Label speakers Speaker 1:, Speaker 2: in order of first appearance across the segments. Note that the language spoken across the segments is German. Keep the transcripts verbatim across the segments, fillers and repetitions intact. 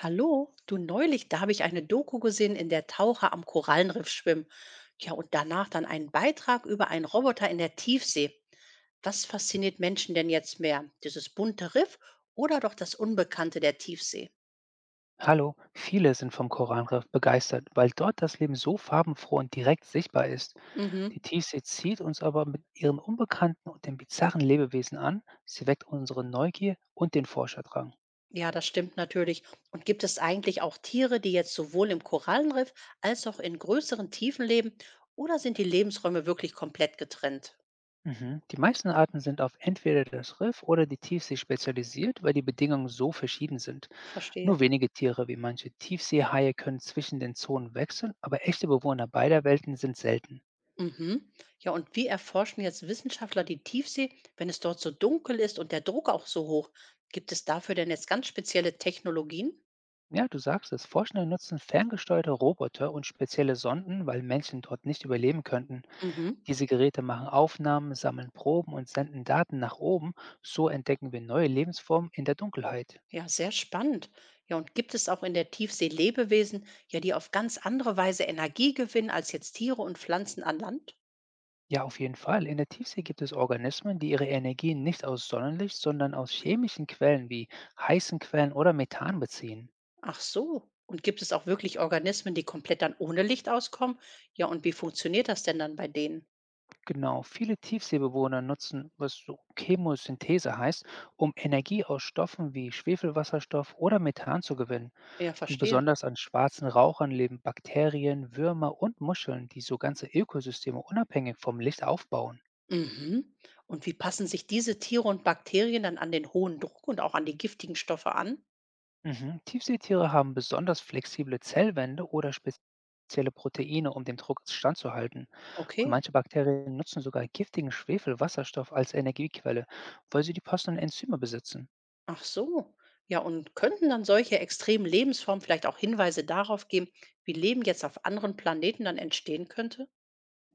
Speaker 1: Hallo, du neulich, da habe ich eine Doku gesehen, in der Taucher am Korallenriff schwimmen. Ja, und danach dann einen Beitrag über einen Roboter in der Tiefsee. Was fasziniert Menschen denn jetzt mehr? Dieses bunte Riff oder doch das Unbekannte der Tiefsee?
Speaker 2: Hallo, viele sind vom Korallenriff begeistert, weil dort das Leben so farbenfroh und direkt sichtbar ist. Die
Speaker 1: Mhm.
Speaker 2: Tiefsee zieht uns aber mit ihren unbekannten und den bizarren Lebewesen an. Sie weckt unsere Neugier und den Forscherdrang.
Speaker 1: Ja, das stimmt natürlich. Und gibt es eigentlich auch Tiere, die jetzt sowohl im Korallenriff als auch in größeren Tiefen leben? Oder sind die Lebensräume wirklich komplett getrennt?
Speaker 2: Mhm. Die meisten Arten sind auf entweder das Riff oder die Tiefsee spezialisiert, weil die Bedingungen so verschieden sind.
Speaker 1: Verstehe.
Speaker 2: Nur wenige Tiere wie manche Tiefseehaie können zwischen den Zonen wechseln, aber echte Bewohner beider Welten sind selten.
Speaker 1: Mhm. Ja, und wie erforschen jetzt Wissenschaftler die Tiefsee, wenn es dort so dunkel ist und der Druck auch so hoch? Gibt es dafür denn jetzt ganz spezielle Technologien?
Speaker 2: Ja, du sagst es. Forschende nutzen ferngesteuerte Roboter und spezielle Sonden, weil Menschen dort nicht überleben könnten.
Speaker 1: Mhm.
Speaker 2: Diese Geräte machen Aufnahmen, sammeln Proben und senden Daten nach oben. So entdecken wir neue Lebensformen in der Dunkelheit.
Speaker 1: Ja, sehr spannend. Ja, und gibt es auch in der Tiefsee Lebewesen, ja, die auf ganz andere Weise Energie gewinnen als jetzt Tiere und Pflanzen an Land?
Speaker 2: Ja, auf jeden Fall. In der Tiefsee gibt es Organismen, die ihre Energie nicht aus Sonnenlicht, sondern aus chemischen Quellen wie heißen Quellen oder Methan beziehen.
Speaker 1: Ach so. Und gibt es auch wirklich Organismen, die komplett dann ohne Licht auskommen? Ja, und wie funktioniert das denn dann bei denen?
Speaker 2: Genau, viele Tiefseebewohner nutzen, was so Chemosynthese heißt, um Energie aus Stoffen wie Schwefelwasserstoff oder Methan zu gewinnen.
Speaker 1: Ja,
Speaker 2: Und
Speaker 1: verstehe.
Speaker 2: besonders an schwarzen Rauchern leben Bakterien, Würmer und Muscheln, die so ganze Ökosysteme unabhängig vom Licht aufbauen.
Speaker 1: Mhm. Und wie passen sich diese Tiere und Bakterien dann an den hohen Druck und auch an die giftigen Stoffe an?
Speaker 2: Mhm. Tiefseetiere haben besonders flexible Zellwände oder spezielle Proteine, um dem Druck standzuhalten. Und
Speaker 1: Okay,
Speaker 2: manche Bakterien nutzen sogar giftigen Schwefelwasserstoff als Energiequelle, weil sie die passenden Enzyme besitzen.
Speaker 1: ach so. Ja, und könnten dann solche extremen Lebensformen vielleicht auch Hinweise darauf geben, wie Leben jetzt auf anderen Planeten dann entstehen könnte?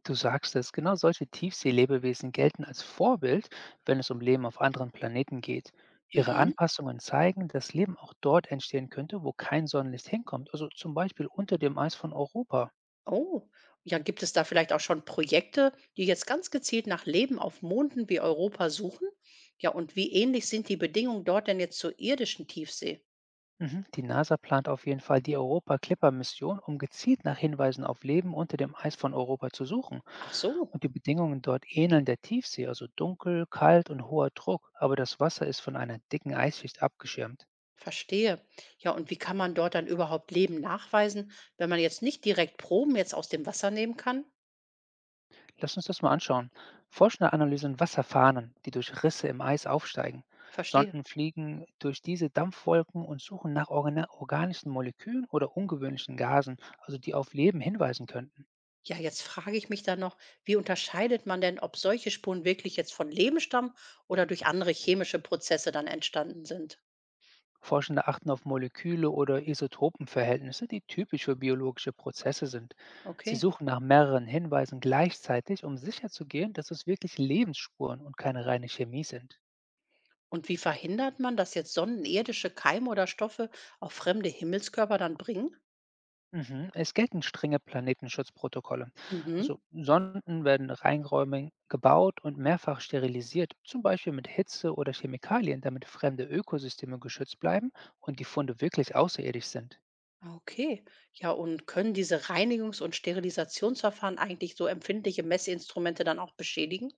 Speaker 2: Du sagst es, genau solche Tiefseelebewesen gelten als Vorbild, wenn es um Leben auf anderen Planeten geht. Ihre
Speaker 1: Mhm.
Speaker 2: Anpassungen zeigen, dass Leben auch dort entstehen könnte, wo kein Sonnenlicht hinkommt, also zum Beispiel unter dem Eis von Europa.
Speaker 1: Oh, ja, gibt es da vielleicht auch schon Projekte, die jetzt ganz gezielt nach Leben auf Monden wie Europa suchen? Ja, und wie ähnlich sind die Bedingungen dort denn jetzt zur irdischen Tiefsee?
Speaker 2: Mhm. Die NASA plant auf jeden Fall die Europa-Clipper-Mission, um gezielt nach Hinweisen auf Leben unter dem Eis von Europa zu suchen.
Speaker 1: Ach so.
Speaker 2: Und die Bedingungen dort ähneln der Tiefsee, also dunkel, kalt und hoher Druck, aber das Wasser ist von einer dicken Eisschicht abgeschirmt.
Speaker 1: Verstehe. Ja, und wie kann man dort dann überhaupt Leben nachweisen, wenn man jetzt nicht direkt Proben jetzt aus dem Wasser nehmen kann?
Speaker 2: Lass uns das mal anschauen. Forschende analysieren Wasserfahnen, die durch Risse im Eis aufsteigen.
Speaker 1: Verstehe.
Speaker 2: Sonden fliegen durch diese Dampfwolken und suchen nach organa- organischen Molekülen oder ungewöhnlichen Gasen, also die auf Leben hinweisen könnten.
Speaker 1: Ja, jetzt frage ich mich dann noch, wie unterscheidet man denn, ob solche Spuren wirklich jetzt von Leben stammen oder durch andere chemische Prozesse dann entstanden sind?
Speaker 2: Forschende achten auf Moleküle oder Isotopenverhältnisse, die typisch für biologische Prozesse sind. Sie
Speaker 1: Okay.
Speaker 2: suchen nach mehreren Hinweisen gleichzeitig, um sicherzugehen, dass es wirklich Lebensspuren und keine reine Chemie sind.
Speaker 1: Und wie verhindert man, dass jetzt sonnenirdische Keime oder Stoffe auf fremde Himmelskörper dann bringen?
Speaker 2: Mhm. Es gelten strenge Planetenschutzprotokolle. Also
Speaker 1: Mhm.
Speaker 2: Sonden werden reinräumig gebaut und mehrfach sterilisiert, zum Beispiel mit Hitze oder Chemikalien, damit fremde Ökosysteme geschützt bleiben und die Funde wirklich außerirdisch sind.
Speaker 1: Ah, okay. Ja, und können diese Reinigungs- und Sterilisationsverfahren eigentlich so empfindliche Messinstrumente dann auch beschädigen?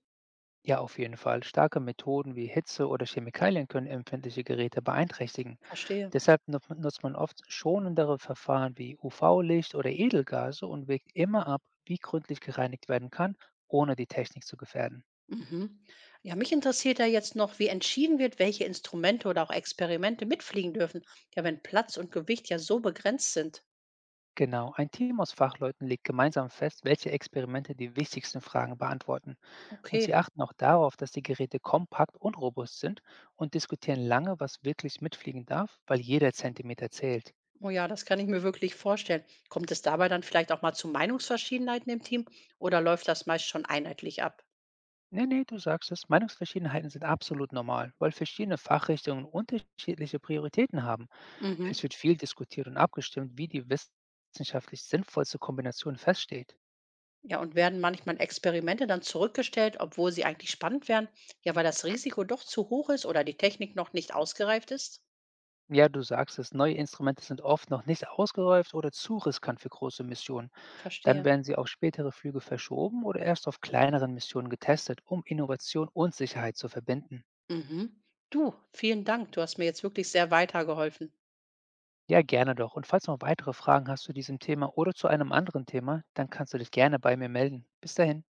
Speaker 2: Ja, auf jeden Fall. Starke Methoden wie Hitze oder Chemikalien können empfindliche Geräte beeinträchtigen.
Speaker 1: Verstehe.
Speaker 2: Deshalb nu- nutzt man oft schonendere Verfahren wie U V-Licht oder Edelgase und wägt immer ab, wie gründlich gereinigt werden kann, ohne die Technik zu gefährden.
Speaker 1: Mhm. Ja, mich interessiert ja jetzt noch, wie entschieden wird, welche Instrumente oder auch Experimente mitfliegen dürfen. Ja, wenn Platz und Gewicht ja so begrenzt sind.
Speaker 2: Genau, ein Team aus Fachleuten legt gemeinsam fest, welche Experimente die wichtigsten Fragen beantworten. Und sie
Speaker 1: Okay.
Speaker 2: achten auch darauf, dass die Geräte kompakt und robust sind und diskutieren lange, was wirklich mitfliegen darf, weil jeder Zentimeter zählt.
Speaker 1: Oh ja, das kann ich mir wirklich vorstellen. Kommt es dabei dann vielleicht auch mal zu Meinungsverschiedenheiten im Team oder läuft das meist schon einheitlich ab?
Speaker 2: Nee, nee, du sagst es, Meinungsverschiedenheiten sind absolut normal, weil verschiedene Fachrichtungen unterschiedliche Prioritäten haben. Es
Speaker 1: Mhm.
Speaker 2: wird viel diskutiert und abgestimmt, wie die wissenschaftlich sinnvollste Kombination feststeht.
Speaker 1: Ja, und werden manchmal Experimente dann zurückgestellt, obwohl sie eigentlich spannend wären? Ja, weil das Risiko doch zu hoch ist oder die Technik noch nicht ausgereift ist?
Speaker 2: Ja, du sagst es, neue Instrumente sind oft noch nicht ausgereift oder zu riskant für große Missionen. Dann
Speaker 1: Verstehe.
Speaker 2: werden sie auf spätere Flüge verschoben oder erst auf kleineren Missionen getestet, um Innovation und Sicherheit zu verbinden.
Speaker 1: Mhm. Du, vielen Dank. Du hast mir jetzt wirklich sehr weitergeholfen.
Speaker 2: Ja, gerne doch. Und falls du noch weitere Fragen hast zu diesem Thema oder zu einem anderen Thema, dann kannst du dich gerne bei mir melden. Bis dahin.